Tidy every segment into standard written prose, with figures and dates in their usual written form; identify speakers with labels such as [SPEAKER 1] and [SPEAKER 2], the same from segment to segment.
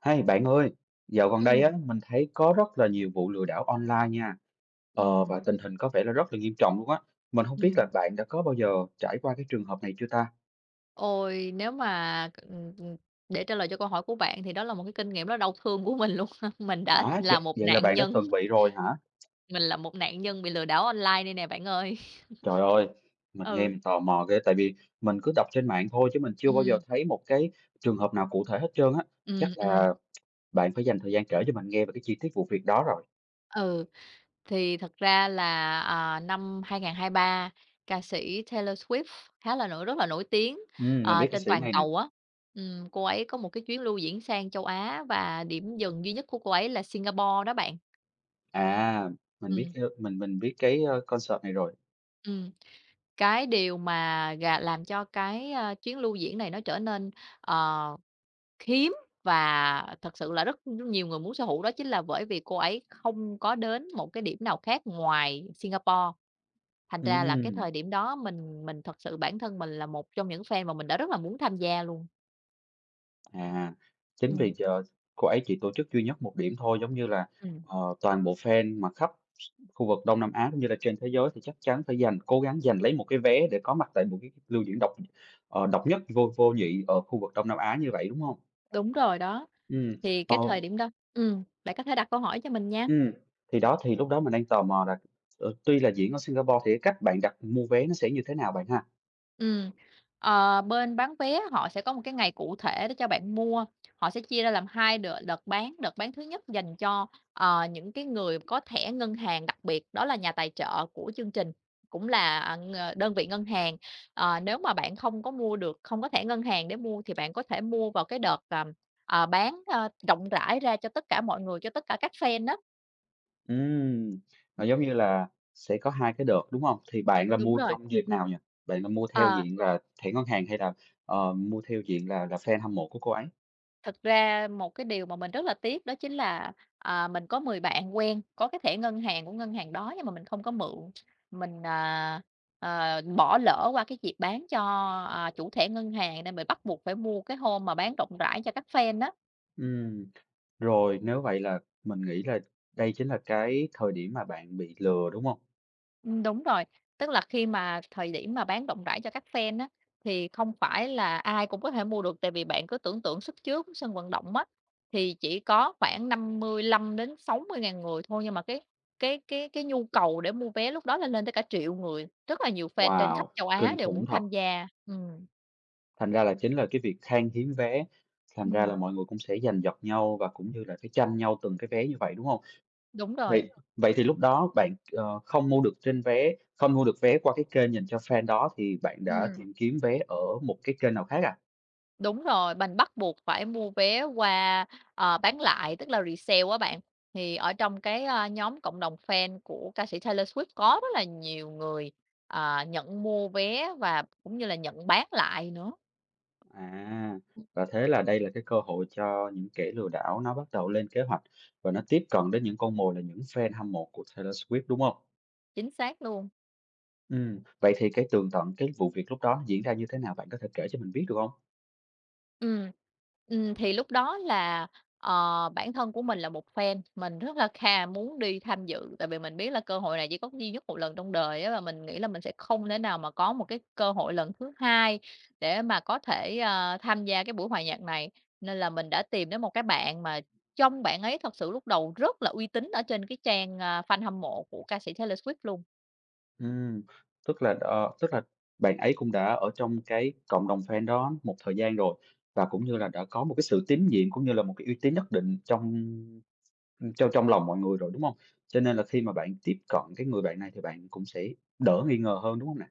[SPEAKER 1] Hey bạn ơi, dạo gần đây
[SPEAKER 2] ừ
[SPEAKER 1] á mình thấy có rất là nhiều vụ lừa đảo online nha.
[SPEAKER 2] ừ
[SPEAKER 1] Và tình hình có vẻ là rất là nghiêm trọng luôn á. Mình không
[SPEAKER 2] ừ
[SPEAKER 1] biết là bạn đã có bao giờ trải qua cái trường hợp này chưa ta?
[SPEAKER 2] Ôi, để trả lời cho câu hỏi của bạn thì đó là một cái kinh nghiệm rất đau thương của mình luôn. Mình đã
[SPEAKER 1] Hả?
[SPEAKER 2] là
[SPEAKER 1] Vậy,
[SPEAKER 2] một
[SPEAKER 1] vậy là
[SPEAKER 2] nạn
[SPEAKER 1] bạn đã
[SPEAKER 2] nhân,
[SPEAKER 1] từng bị rồi hả?
[SPEAKER 2] mình là một nạn nhân bị lừa đảo online đây nè bạn ơi.
[SPEAKER 1] Trời ơi, mình nghe
[SPEAKER 2] Ừ,
[SPEAKER 1] mình tò mò ghê tại vì mình cứ đọc trên mạng thôi chứ mình chưa bao giờ
[SPEAKER 2] ừ
[SPEAKER 1] thấy một cái trường hợp nào cụ thể hết trơn á.
[SPEAKER 2] ừ
[SPEAKER 1] Chắc là bạn phải dành thời gian kể cho mình nghe về cái chi tiết vụ việc đó rồi.
[SPEAKER 2] ừ, thì thật ra là, 2023, ca sĩ Taylor Swift khá là rất là nổi tiếng,
[SPEAKER 1] Ừ, mình biết ca
[SPEAKER 2] trên
[SPEAKER 1] sĩ
[SPEAKER 2] toàn
[SPEAKER 1] này nè.
[SPEAKER 2] cầu á. Cô ấy có một cái chuyến lưu diễn sang châu Á và điểm dừng duy nhất của cô ấy là Singapore đó bạn.
[SPEAKER 1] À, mình
[SPEAKER 2] ừ
[SPEAKER 1] biết mình biết cái concert này rồi.
[SPEAKER 2] ừ Cái điều mà gà làm cho chuyến lưu diễn này nó trở nên, ờ, hiếm và thật sự là rất nhiều người muốn sở hữu đó chính là bởi vì cô ấy không có đến một cái điểm nào khác ngoài Singapore. Thành ra là cái
[SPEAKER 1] Ừ.
[SPEAKER 2] thời điểm đó mình thật sự bản thân mình là một trong những fan mà mình đã rất là muốn tham gia luôn.
[SPEAKER 1] À, chính vì
[SPEAKER 2] Ừm.
[SPEAKER 1] giờ cô ấy chỉ tổ chức duy nhất một điểm thôi, giống như là,
[SPEAKER 2] Ừm.
[SPEAKER 1] toàn bộ fan mà khắp khu vực Đông Nam Á cũng như là trên thế giới thì chắc chắn phải dành cố gắng giành lấy một cái vé để có mặt tại một cái lưu diễn độc độc nhất vô vô nhị ở khu vực Đông Nam Á như vậy, đúng không?
[SPEAKER 2] Đúng rồi đó.
[SPEAKER 1] Ừ,
[SPEAKER 2] Thì
[SPEAKER 1] ờ,
[SPEAKER 2] cái thời điểm đó, bạn có thể đặt câu hỏi cho mình nha.
[SPEAKER 1] ừm, thì đó, thì lúc đó mình đang tò mò là, tuy là diễn ở Singapore thì cái cách bạn đặt mua vé nó sẽ như thế nào bạn ha?
[SPEAKER 2] Ừm, bên bán vé họ sẽ có một cái ngày cụ thể để cho bạn mua, họ sẽ chia ra làm 2 đợt, đợt bán thứ nhất dành cho những cái người có thẻ ngân hàng đặc biệt, đó là nhà tài trợ của chương trình, cũng là, à, ng đơn vị ngân hàng. Ờ, nếu mà bạn không có mua được, không có thẻ ngân hàng để mua thì bạn có thể mua vào cái đợt, bán, rộng rãi ra cho tất cả mọi người, cho tất cả các fan đó.
[SPEAKER 1] Ừm, nó giống như là sẽ có 2 cái đợt, đúng không? Thì bạn là
[SPEAKER 2] Đúng
[SPEAKER 1] mua
[SPEAKER 2] rồi.
[SPEAKER 1] trong dịp nào nhỉ? Bạn là mua theo
[SPEAKER 2] Ờ.
[SPEAKER 1] diện là thẻ ngân hàng hay là, mua theo diện là fan hâm mộ của cô ấy?
[SPEAKER 2] Thực ra một cái điều mà mình rất là tiếc đó chính là, mình có 10 bạn quen có cái thẻ ngân hàng của ngân hàng đó nhưng mà mình không có mượn. Mình, bỏ lỡ qua cái dịp bán cho chủ thẻ ngân hàng nên mình bắt buộc phải mua cái hôm mà bán rộng rãi cho các fan đó.
[SPEAKER 1] Ừm, rồi nếu vậy là mình nghĩ là đây chính là cái thời điểm mà bạn bị lừa, đúng không?
[SPEAKER 2] Đúng rồi. Tức là khi mà thời điểm mà bán rộng rãi cho các fan á, thì không phải là ai cũng có thể mua được, tại vì bạn cứ tưởng tượng sức chứa của sân vận động á, thì chỉ có khoảng 55 đến 60 ngàn người thôi, nhưng mà cái nhu cầu để mua vé lúc đó là lên tới cả triệu người, rất là nhiều fan trên khắp
[SPEAKER 1] Wow,
[SPEAKER 2] châu Á
[SPEAKER 1] kinh
[SPEAKER 2] đều
[SPEAKER 1] khủng
[SPEAKER 2] muốn
[SPEAKER 1] thật!
[SPEAKER 2] tham gia.
[SPEAKER 1] Thành ra là chính là cái việc khan hiếm vé, thành ra
[SPEAKER 2] Ừm,
[SPEAKER 1] là mọi người cũng sẽ giành giật nhau và cũng như là cái tranh nhau từng cái vé như vậy, đúng không?
[SPEAKER 2] đúng rồi,
[SPEAKER 1] Vậy vậy thì lúc đó bạn, ờ, không mua được trên vé không mua được vé qua cái kênh dành cho fan đó thì bạn đã
[SPEAKER 2] ừm.
[SPEAKER 1] tìm kiếm vé ở một cái kênh nào khác à?
[SPEAKER 2] Đúng rồi, mình bắt buộc phải mua vé qua, bán lại, tức là resale á bạn. Thì ở trong nhóm cộng đồng fan của ca sĩ Taylor Swift có rất là nhiều người nhận mua vé và cũng như là nhận bán lại nữa,
[SPEAKER 1] À, và thế là đây là cái cơ hội cho những kẻ lừa đảo nó bắt đầu lên kế hoạch và nó tiếp cận đến những con mồi là những fan hâm mộ của Taylor Swift, đúng không?
[SPEAKER 2] chính xác luôn.
[SPEAKER 1] Ừ, vậy thì cái tường tận cái vụ việc lúc đó nó diễn ra như thế nào? Bạn có thể kể cho mình biết được không?
[SPEAKER 2] Ừ, thì lúc đó là, bản thân của mình là một fan, mình rất là khà muốn đi tham dự, tại vì mình biết là cơ hội này chỉ có duy nhất một lần trong đời á, và mình nghĩ là mình sẽ không thể nào mà có một cái cơ hội lần thứ hai để mà có thể tham gia cái buổi hòa nhạc này. Nên là mình đã tìm đến một cái bạn mà bạn ấy thật sự lúc đầu rất là uy tín ở trên cái trang, fan hâm mộ của ca sĩ Taylor Swift luôn.
[SPEAKER 1] Ừm, tức là bạn ấy cũng đã ở trong cái cộng đồng fan đó một thời gian rồi và cũng như là đã có một cái sự tín nhiệm, cũng như là một cái uy tín nhất định trong, trong trong lòng mọi người rồi, đúng không? Cho nên là khi mà bạn tiếp cận cái người bạn này thì bạn cũng sẽ đỡ nghi ngờ hơn, đúng không nè?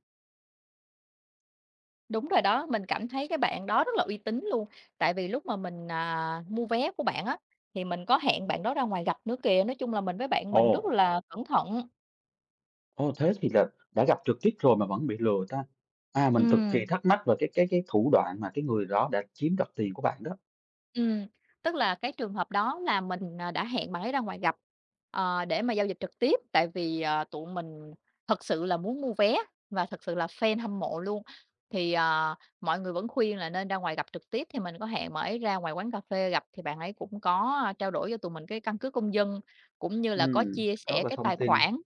[SPEAKER 2] Đúng rồi đó, mình cảm thấy cái bạn đó rất là uy tín luôn. Tại vì lúc mà mình, mua vé của bạn á, thì mình có hẹn bạn đó ra ngoài gặp nữa kìa. Nói chung là mình với bạn
[SPEAKER 1] Ồ,
[SPEAKER 2] mình rất là cẩn thận.
[SPEAKER 1] ồ, thế thì là đã gặp trực tiếp rồi mà vẫn bị lừa ta? À, mình cực
[SPEAKER 2] Ừm.
[SPEAKER 1] kỳ thắc mắc về cái thủ đoạn mà cái người đó đã chiếm đoạt tiền của bạn đó.
[SPEAKER 2] Ừm, tức là cái trường hợp đó là mình, đã hẹn bạn ấy ra ngoài gặp, để mà giao dịch trực tiếp, tại vì, tụi mình thật sự là muốn mua vé và thật sự là fan hâm mộ luôn. Thì, mọi người vẫn khuyên là nên ra ngoài gặp trực tiếp, thì mình có hẹn bạn ấy ra ngoài quán cà phê gặp, thì bạn ấy cũng có, trao đổi cho tụi mình cái căn cước công dân, cũng như là có
[SPEAKER 1] Ừm,
[SPEAKER 2] chia
[SPEAKER 1] rất
[SPEAKER 2] sẻ
[SPEAKER 1] là thông tin.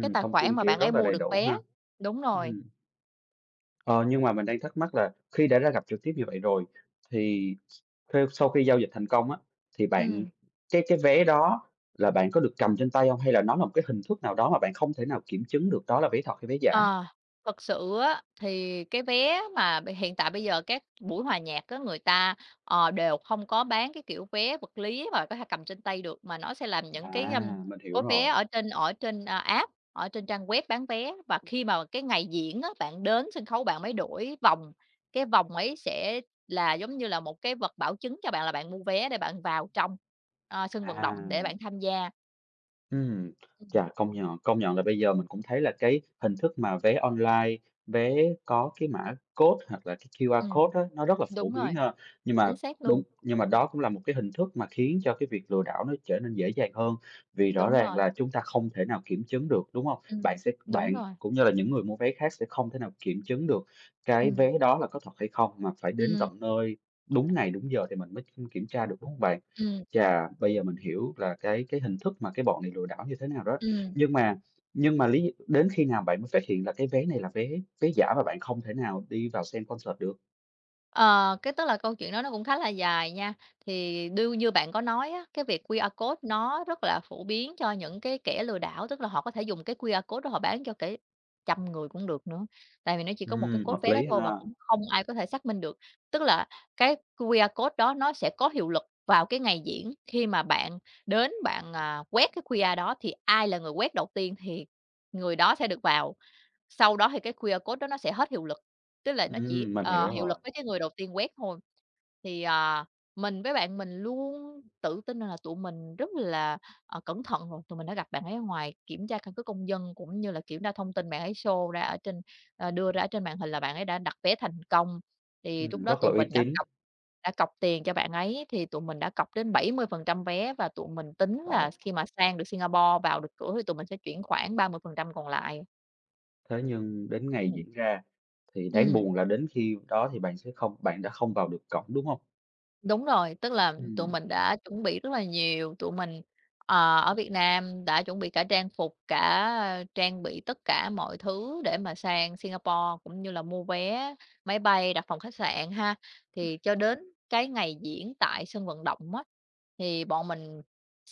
[SPEAKER 2] cái tài
[SPEAKER 1] thông
[SPEAKER 2] khoản
[SPEAKER 1] tin,
[SPEAKER 2] mà
[SPEAKER 1] kiểu,
[SPEAKER 2] bạn
[SPEAKER 1] rất
[SPEAKER 2] ấy
[SPEAKER 1] là
[SPEAKER 2] mua
[SPEAKER 1] đầy
[SPEAKER 2] được
[SPEAKER 1] đủ
[SPEAKER 2] vé.
[SPEAKER 1] ha.
[SPEAKER 2] Đúng rồi,
[SPEAKER 1] Ừm. Ờ, nhưng mà mình đang thắc mắc là khi đã ra gặp trực tiếp như vậy rồi thì theo sau khi giao dịch thành công á, thì bạn
[SPEAKER 2] ừm.
[SPEAKER 1] cái vé đó là bạn có được cầm trên tay không? Hay là nó là một cái hình thức nào đó mà bạn không thể nào kiểm chứng được đó là vé thật hay vé giả?
[SPEAKER 2] Ờ, thật sự á, thì cái vé mà hiện tại bây giờ các buổi hòa nhạc á, người ta, đều không có bán cái kiểu vé vật lý mà có thể cầm trên tay được, mà nó sẽ làm những cái, ưm,
[SPEAKER 1] À, mình hiểu
[SPEAKER 2] có vé
[SPEAKER 1] rồi.
[SPEAKER 2] ở trên app, ở trên trang web bán vé. Và khi mà cái ngày diễn á, bạn đến sân khấu bạn mới đổi vòng, cái vòng ấy sẽ là giống như là một cái vật bảo chứng cho bạn là bạn mua vé để bạn vào trong, sân vận
[SPEAKER 1] À.
[SPEAKER 2] động để bạn tham gia.
[SPEAKER 1] Ừm,
[SPEAKER 2] Ừm,
[SPEAKER 1] chà, công nhận là bây giờ mình cũng thấy là cái hình thức mà vé online, vé có cái mã code hoặc là cái QR
[SPEAKER 2] ừm,
[SPEAKER 1] code đó nó rất là phổ
[SPEAKER 2] đúng rồi,
[SPEAKER 1] biến ha. Nhưng mà
[SPEAKER 2] chính xác
[SPEAKER 1] đúng,
[SPEAKER 2] luôn,
[SPEAKER 1] nhưng mà đó cũng là một cái hình thức mà khiến cho cái việc lừa đảo nó trở nên dễ dàng hơn, vì rõ
[SPEAKER 2] đúng
[SPEAKER 1] ràng
[SPEAKER 2] rồi.
[SPEAKER 1] là chúng ta không thể nào kiểm chứng được, đúng không?
[SPEAKER 2] Ừm, đúng
[SPEAKER 1] Bạn
[SPEAKER 2] rồi.
[SPEAKER 1] cũng như là những người mua vé khác sẽ không thể nào kiểm chứng được cái vé
[SPEAKER 2] Ừm,
[SPEAKER 1] đó là có thật hay không, mà phải đến
[SPEAKER 2] ừm,
[SPEAKER 1] tận nơi, đúng ngày, đúng giờ thì mình mới kiểm tra được, đúng không bạn?
[SPEAKER 2] ừm,
[SPEAKER 1] Chà, bây giờ mình hiểu là cái hình thức mà cái bọn này lừa đảo như thế nào đó.
[SPEAKER 2] ừm.
[SPEAKER 1] Nhưng mà nhưng mà lý đến khi nào bạn mới phát hiện là cái vé này là vé vé giả và bạn không thể nào đi vào xem concert được?
[SPEAKER 2] Ờ, cái tức là câu chuyện đó nó cũng khá là dài nha. Thì đương như bạn có nói á, cái việc QR code nó rất là phổ biến cho những cái kẻ lừa đảo, tức là họ có thể dùng cái QR code đó họ bán cho kẻ trăm người cũng được nữa, tại vì nó chỉ có một cái code
[SPEAKER 1] Hợp
[SPEAKER 2] vé đó
[SPEAKER 1] lý
[SPEAKER 2] thôi và
[SPEAKER 1] ha.
[SPEAKER 2] cũng không ai có thể xác minh được. Tức là cái QR code đó nó sẽ có hiệu lực vào cái ngày diễn, khi mà bạn đến bạn, quét cái QR đó thì ai là người quét đầu tiên thì người đó sẽ được vào. Sau đó thì cái QR code đó nó sẽ hết hiệu lực, tức là nó chỉ,
[SPEAKER 1] Mình hiểu
[SPEAKER 2] hiệu lực
[SPEAKER 1] rồi.
[SPEAKER 2] với cái người đầu tiên quét thôi. Thì, mình với bạn mình luôn tự tin là tụi mình rất là, cẩn thận rồi, tụi mình đã gặp bạn ấy ở ngoài kiểm tra căn cước công dân cũng như là kiểm tra thông tin bạn ấy show ra ở trên, đưa ra ở trên màn hình là bạn ấy đã đặt vé thành công. Thì lúc đó
[SPEAKER 1] Rất là
[SPEAKER 2] tụi mình
[SPEAKER 1] uy tín.
[SPEAKER 2] đã cọc tiền cho bạn ấy, thì tụi mình đã cọc đến 70% vé và tụi mình tính
[SPEAKER 1] Ờ,
[SPEAKER 2] là khi mà sang được Singapore, vào được cửa thì tụi mình sẽ chuyển khoảng 30% còn lại.
[SPEAKER 1] thế nhưng đến ngày
[SPEAKER 2] Ừm,
[SPEAKER 1] diễn ra thì đáng
[SPEAKER 2] ừm.
[SPEAKER 1] buồn là đến khi đó thì bạn đã không vào được cổng, đúng không?
[SPEAKER 2] Đúng rồi, tức là tụi
[SPEAKER 1] Ừm,
[SPEAKER 2] mình đã chuẩn bị rất là nhiều, tụi mình, ở Việt Nam đã chuẩn bị cả trang phục, cả trang bị tất cả mọi thứ để mà sang Singapore, cũng như là mua vé máy bay, đặt phòng khách sạn ha. Thì cho đến cái ngày diễn tại sân vận động á, thì bọn mình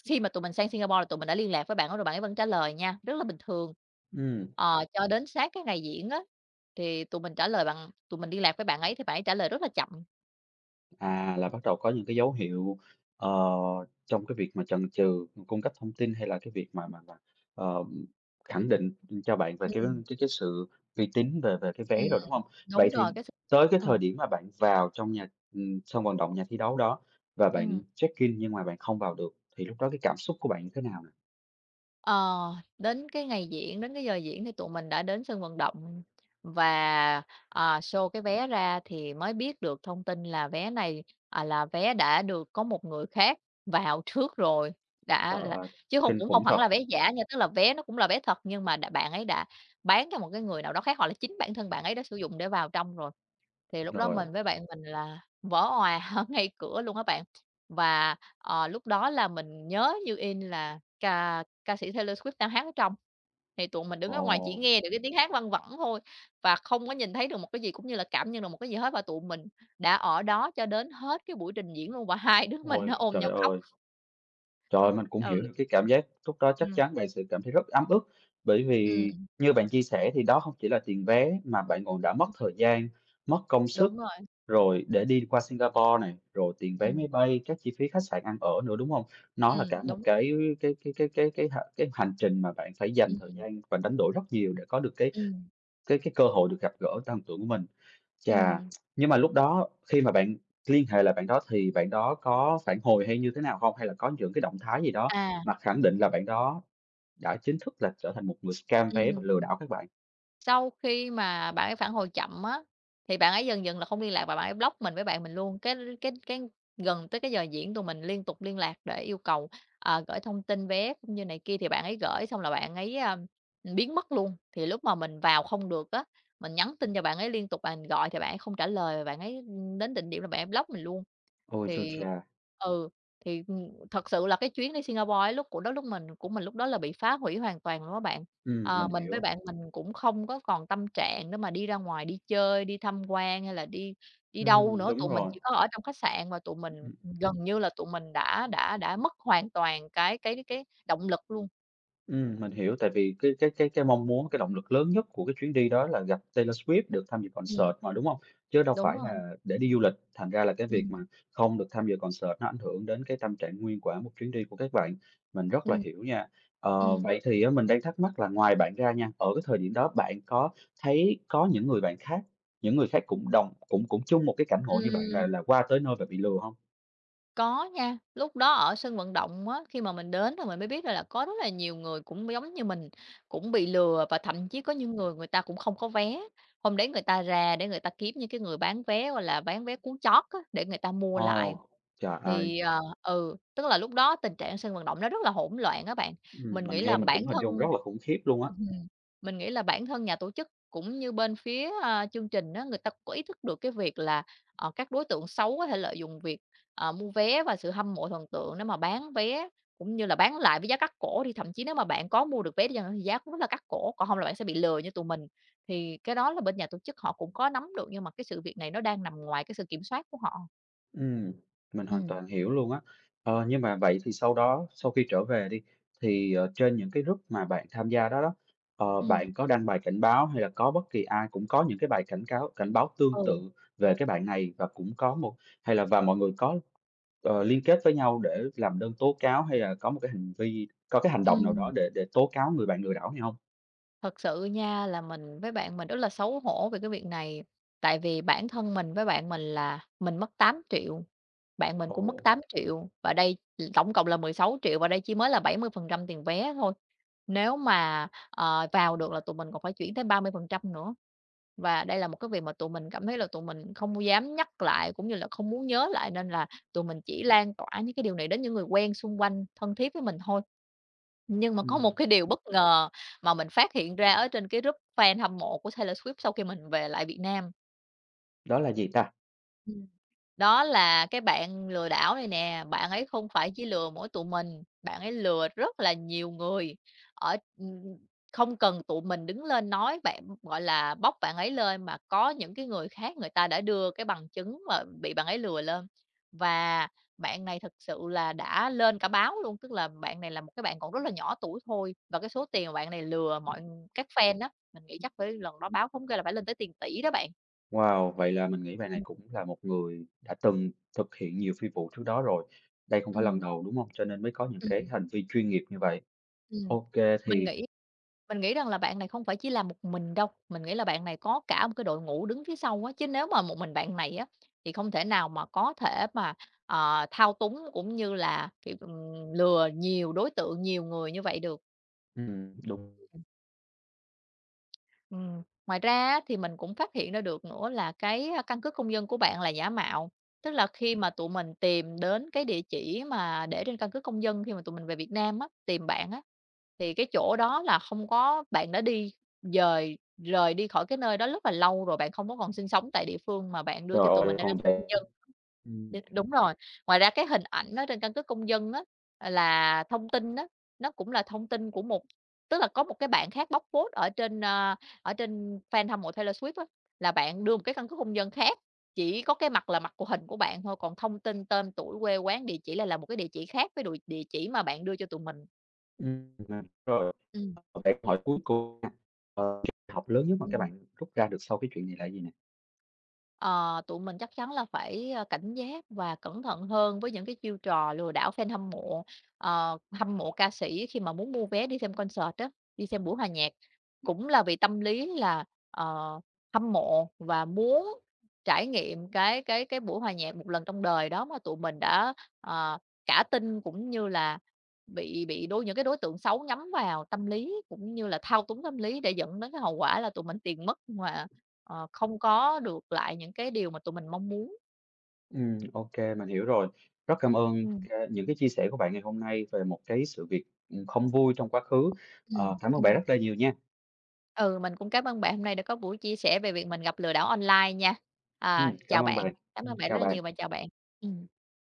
[SPEAKER 2] khi mà tụi mình sang Singapore là tụi mình đã liên lạc với bạn đó rồi bạn ấy vẫn trả lời nha, rất là bình thường.
[SPEAKER 1] ừm.
[SPEAKER 2] Ờ, cho đến sát cái ngày diễn á, thì tụi mình trả lời bằng tụi mình liên lạc với bạn ấy thì bạn ấy trả lời rất là chậm.
[SPEAKER 1] À, là bắt đầu có những cái dấu hiệu, ờ, trong cái việc mà chần chừ cung cấp thông tin hay là cái việc mà, ờ, khẳng định cho bạn về cái
[SPEAKER 2] Ừm,
[SPEAKER 1] cái cái sự uy tín về về cái
[SPEAKER 2] ừm.
[SPEAKER 1] vé rồi, đúng không? Vậy
[SPEAKER 2] Đúng
[SPEAKER 1] thì
[SPEAKER 2] rồi, cái s
[SPEAKER 1] tới cái
[SPEAKER 2] ừm,
[SPEAKER 1] thời điểm mà bạn vào trong nhà, sân vận động, nhà thi đấu đó và bạn
[SPEAKER 2] ừm.
[SPEAKER 1] check-in nhưng mà bạn không vào được, thì lúc đó cái cảm xúc của bạn như thế nào nè?
[SPEAKER 2] Ờ, đến cái ngày diễn, đến cái giờ diễn thì tụi mình đã đến sân vận động và, show cái vé ra thì mới biết được thông tin là vé này, là vé đã được có một người khác vào trước rồi, đã
[SPEAKER 1] Trời
[SPEAKER 2] là
[SPEAKER 1] ơi,
[SPEAKER 2] chứ hông
[SPEAKER 1] kinh
[SPEAKER 2] cũng
[SPEAKER 1] khủng
[SPEAKER 2] hông hẳn
[SPEAKER 1] thật!
[SPEAKER 2] là vé giả nha, tức là vé nó cũng là vé thật nhưng mà bạn ấy đã bán cho một cái người nào đó khác, hoặc là chính bản thân bạn ấy đã sử dụng để vào trong rồi. Thì lúc đó
[SPEAKER 1] Rồi,
[SPEAKER 2] mình với bạn mình là vỡ òa ở ngay cửa luôn các bạn. Và, lúc đó là mình nhớ như in là ca ca sĩ Taylor Swift đang hát ở trong, thì tụi mình đứng
[SPEAKER 1] ồ,
[SPEAKER 2] ở ngoài chỉ nghe được cái tiếng hát văng vẳng thôi và không có nhìn thấy được một cái gì cũng như là cảm nhận được một cái gì hết và tụi mình đã ở đó cho đến hết cái buổi trình diễn luôn và hai đứa mình
[SPEAKER 1] ôi,
[SPEAKER 2] nó ôm
[SPEAKER 1] trời
[SPEAKER 2] nhau khóc.
[SPEAKER 1] ơi! Trời, mình cũng hiểu
[SPEAKER 2] Ừ.
[SPEAKER 1] được cái cảm giác lúc đó chắc
[SPEAKER 2] Ừm,
[SPEAKER 1] chắn bạn sẽ cảm thấy rất ấm ức, bởi vì
[SPEAKER 2] ừm,
[SPEAKER 1] như bạn chia sẻ thì đó không chỉ là tiền vé mà bạn còn đã mất thời gian, mất công
[SPEAKER 2] đúng
[SPEAKER 1] sức
[SPEAKER 2] rồi,
[SPEAKER 1] rồi để đi qua Singapore này, rồi tiền vé
[SPEAKER 2] ừm,
[SPEAKER 1] máy bay, các chi phí khách sạn ăn ở nữa, đúng không? Nó là cả một
[SPEAKER 2] đúng rồi,
[SPEAKER 1] cái hành trình mà bạn phải dành thời
[SPEAKER 2] ừm,
[SPEAKER 1] gian và đánh đổi rất nhiều để có được cái
[SPEAKER 2] ừm,
[SPEAKER 1] cái cái cơ hội được gặp gỡ thần tượng của mình. Chà,
[SPEAKER 2] ừm,
[SPEAKER 1] nhưng mà lúc đó khi mà bạn liên hệ lại bạn đó thì bạn đó có phản hồi hay như thế nào không? Hay là có những cái động thái gì đó
[SPEAKER 2] à,
[SPEAKER 1] mà khẳng định là bạn đó đã chính thức là trở thành một người scam vé và
[SPEAKER 2] ừm.
[SPEAKER 1] lừa đảo các bạn?
[SPEAKER 2] Sau khi mà bạn ấy phản hồi chậm á, thì bạn ấy dần dần là không liên lạc và bạn ấy block mình với bạn mình luôn. Cái gần tới cái giờ diễn tụi mình liên tục liên lạc để yêu cầu, gửi thông tin vé cũng như này kia thì bạn ấy gửi xong là bạn ấy biến mất luôn. Thì lúc mà mình vào không được á, mình nhắn tin cho bạn ấy liên tục, bạn gọi thì bạn ấy không trả lời, bạn ấy, đến định điểm là bạn ấy block mình luôn.
[SPEAKER 1] Ôi, chua
[SPEAKER 2] Thì
[SPEAKER 1] cha!
[SPEAKER 2] ừ, thì, ừm, thật sự là cái chuyến đi Singapore ấy lúc của đó lúc mình của mình lúc đó là bị phá hủy hoàn toàn luôn á bạn. Ờ,
[SPEAKER 1] Mình
[SPEAKER 2] mình với
[SPEAKER 1] hiểu.
[SPEAKER 2] bạn mình cũng không có còn tâm trạng để mà đi ra ngoài đi chơi, đi tham quan hay là đi đi đâu nữa,
[SPEAKER 1] Đúng
[SPEAKER 2] tụi mình
[SPEAKER 1] rồi.
[SPEAKER 2] chỉ có ở trong khách sạn và tụi mình gần như là tụi mình đã mất hoàn toàn cái động lực luôn.
[SPEAKER 1] Mình hiểu, tại vì cái mong muốn, cái động lực lớn nhất của cái chuyến đi đó là gặp Taylor Swift, được tham dự
[SPEAKER 2] Ừm,
[SPEAKER 1] concert mà, đúng không? Chứ đâu
[SPEAKER 2] đúng
[SPEAKER 1] phải
[SPEAKER 2] rồi.
[SPEAKER 1] là để đi du lịch, thành ra là cái việc mà
[SPEAKER 2] Ừm,
[SPEAKER 1] không được tham dự concert nó ảnh hưởng đến cái tâm trạng nguyên quả một chuyến đi của các bạn. Mình rất là
[SPEAKER 2] ừm,
[SPEAKER 1] hiểu nha. Ờ,
[SPEAKER 2] ừm,
[SPEAKER 1] vậy thì á mình đang thắc mắc là ngoài bạn ra nha, ở cái thời điểm đó bạn có thấy có những người bạn khác, những người khác cũng đồng cũng cũng chung một cái cảnh ngộ như bạn
[SPEAKER 2] ừm.
[SPEAKER 1] là qua tới nơi và bị lừa không?
[SPEAKER 2] Có nha, lúc đó ở sân vận động á, khi mà mình đến rồi mình mới biết ra là có rất là nhiều người cũng giống như mình, cũng bị lừa và thậm chí có những người người ta cũng không có vé. Hôm đấy người ta ra để người ta kiếm những cái người bán vé, gọi là, bán vé cuốn chót á, để người ta mua lại.
[SPEAKER 1] Ồ, trời ơi!
[SPEAKER 2] Thì, tức là lúc đó tình trạng sân vận động nó rất là hỗn loạn các bạn. Mình
[SPEAKER 1] Mình
[SPEAKER 2] nghĩ
[SPEAKER 1] nghe
[SPEAKER 2] là
[SPEAKER 1] mình
[SPEAKER 2] bản
[SPEAKER 1] cũng hình dung rất
[SPEAKER 2] thân
[SPEAKER 1] là khủng khiếp luôn á.
[SPEAKER 2] ừm, mình nghĩ là bản thân nhà tổ chức cũng như bên phía chương trình đó người ta cũng có ý thức được cái việc là, ờ, các đối tượng xấu có thể lợi dụng việc mua vé và sự hâm mộ thần tượng nếu mà bán vé, cũng như là bán lại với giá cắt cổ thì thậm chí nếu mà bạn có mua được vé đi chăng nữa thì giá cũng rất là cắt cổ, còn không là bạn sẽ bị lừa như tụi mình. Thì cái đó là bên nhà tổ chức họ cũng có nắm được, nhưng mà cái sự việc này nó đang nằm ngoài cái sự kiểm soát của họ.
[SPEAKER 1] Ừm, mình hoàn
[SPEAKER 2] Ừm.
[SPEAKER 1] toàn hiểu luôn á. Ờ, nhưng mà vậy thì sau đó, sau khi trở về đi, thì, trên những cái group mà bạn tham gia đó đó,
[SPEAKER 2] Ừm.
[SPEAKER 1] bạn có đăng bài cảnh báo hay là có bất kỳ ai cũng có những cái bài cảnh báo tương
[SPEAKER 2] Ừ.
[SPEAKER 1] tự về cái bạn này và cũng có một hay là và mọi người có, liên kết với nhau để làm đơn tố cáo hay là có một cái hành vi có cái hành động nào
[SPEAKER 2] Ừm.
[SPEAKER 1] đó để tố cáo người bạn lừa đảo hay không?
[SPEAKER 2] Thật sự nha là mình với bạn mình rất là xấu hổ về cái việc này, tại vì bản thân mình với bạn mình là mình mất 8 triệu, bạn mình
[SPEAKER 1] Ồ.
[SPEAKER 2] cũng mất 8 triệu và đây tổng cộng là 16 triệu và đây chỉ mới là 70% tiền vé thôi. Nếu mà, ờ, vào được là tụi mình còn phải chuyển tới 30% nữa, và đây là một cái việc mà tụi mình cảm thấy là tụi mình không dám nhắc lại cũng như là không muốn nhớ lại, nên là tụi mình chỉ lan tỏa những cái điều này đến những người quen xung quanh thân thiết với mình thôi. Nhưng mà có một
[SPEAKER 1] Ừm,
[SPEAKER 2] cái điều bất ngờ mà mình phát hiện ra ở trên cái group fan hâm mộ của Taylor Swift sau khi mình về lại Việt Nam.
[SPEAKER 1] đó là gì ta?
[SPEAKER 2] Đó là cái bạn lừa đảo này nè, bạn ấy không phải chỉ lừa mỗi tụi mình, bạn ấy lừa rất là nhiều người ở không cần tụi mình đứng lên nói bạn gọi là, bóc bạn ấy lên, mà có những cái người khác người ta đã đưa cái bằng chứng mà bị bạn ấy lừa lên. Và bạn này thực sự là đã lên cả báo luôn, tức là bạn này là một cái bạn còn rất là nhỏ tuổi thôi, và cái số tiền mà bạn này lừa mọi các fan á, mình nghĩ chắc phải lần đó báo thống kê là phải lên tới tiền tỷ đó bạn.
[SPEAKER 1] Wow! Vậy là mình nghĩ bạn này
[SPEAKER 2] Ừm,
[SPEAKER 1] cũng là một người đã từng thực hiện nhiều phi vụ trước đó rồi. Đây không phải lần
[SPEAKER 2] ừm,
[SPEAKER 1] đầu, đúng không? Cho nên mới có những cái
[SPEAKER 2] ừm,
[SPEAKER 1] hành vi chuyên nghiệp như vậy.
[SPEAKER 2] ừm.
[SPEAKER 1] OK,
[SPEAKER 2] Mình
[SPEAKER 1] thì,
[SPEAKER 2] nghĩ Mình nghĩ rằng là bạn này không phải chỉ làm một mình đâu, mình nghĩ là bạn này có cả một cái đội ngũ đứng phía sau á, chứ nếu mà một mình bạn này á, thì không thể nào mà có thể mà, ờ, thao túng cũng như là, kiểu, lừa nhiều đối tượng, nhiều người như vậy được.
[SPEAKER 1] đúng
[SPEAKER 2] Ngoài ra á, thì mình cũng phát hiện ra được nữa là cái căn cước công dân của bạn là giả mạo, tức là khi mà tụi mình tìm đến cái địa chỉ mà để trên căn cước công dân khi mà tụi mình về Việt Nam á, tìm bạn á, thì cái chỗ đó là không có, bạn đã đi dời rời đi khỏi cái nơi đó rất là lâu rồi, bạn không có còn sinh sống tại địa phương mà bạn đưa cho tụi mình
[SPEAKER 1] rồi,
[SPEAKER 2] đây là
[SPEAKER 1] còn
[SPEAKER 2] căn cước công
[SPEAKER 1] bạn,
[SPEAKER 2] dân. Đ
[SPEAKER 1] ừm,
[SPEAKER 2] đúng rồi, ngoài ra cái hình ảnh đó trên căn cước công dân á, là thông tin đó nó cũng là thông tin của tức là có một cái bạn khác bóc phốt ở trên ở trên fan hâm mộ Taylor Swift á, là bạn đưa một cái căn cước công dân khác, chỉ có cái mặt là mặt của hình của bạn thôi, còn thông tin tên tuổi, quê quán, địa chỉ là một cái địa chỉ khác với địa chỉ mà bạn đưa cho tụi mình.
[SPEAKER 1] mình rồi.
[SPEAKER 2] Ừm,
[SPEAKER 1] Vậy câu hỏi cuối cùng nha, bài học lớn nhất mà các
[SPEAKER 2] ừm.
[SPEAKER 1] bạn rút ra được sau cái chuyện này là gì nè?
[SPEAKER 2] Ờ, tụi mình chắc chắn là phải, cảnh giác và cẩn thận hơn với những cái chiêu trò lừa đảo fan hâm mộ, hâm mộ ca sĩ khi mà muốn mua vé đi xem concert á, đi xem buổi hòa nhạc. Cũng là vì tâm lý là, ờ, hâm mộ và muốn trải nghiệm cái buổi hòa nhạc một lần trong đời đó mà tụi mình đã, ờ, cả tin cũng như là bị những cái đối tượng xấu nhắm vào tâm lý, cũng như là thao túng tâm lý để dẫn đến cái hậu quả là tụi mình tiền mất mà không có được lại những cái điều mà tụi mình mong muốn.
[SPEAKER 1] OK, mình hiểu rồi. Rất cảm ơn
[SPEAKER 2] Ừm.
[SPEAKER 1] ca những cái chia sẻ của bạn ngày hôm nay về một cái sự việc, không vui trong quá khứ. Ờ,
[SPEAKER 2] Ừm,
[SPEAKER 1] cảm ơn bạn rất
[SPEAKER 2] ừm.
[SPEAKER 1] là nhiều nha.
[SPEAKER 2] Ừ, mình cũng cảm ơn bạn hôm nay đã có buổi chia sẻ về việc mình gặp lừa đảo online nha. À, chào
[SPEAKER 1] Cảm ơn
[SPEAKER 2] bạn,
[SPEAKER 1] bạn.
[SPEAKER 2] cảm ơn bạn rất
[SPEAKER 1] Chào
[SPEAKER 2] là nhiều và
[SPEAKER 1] bạn.
[SPEAKER 2] chào bạn. Ừm.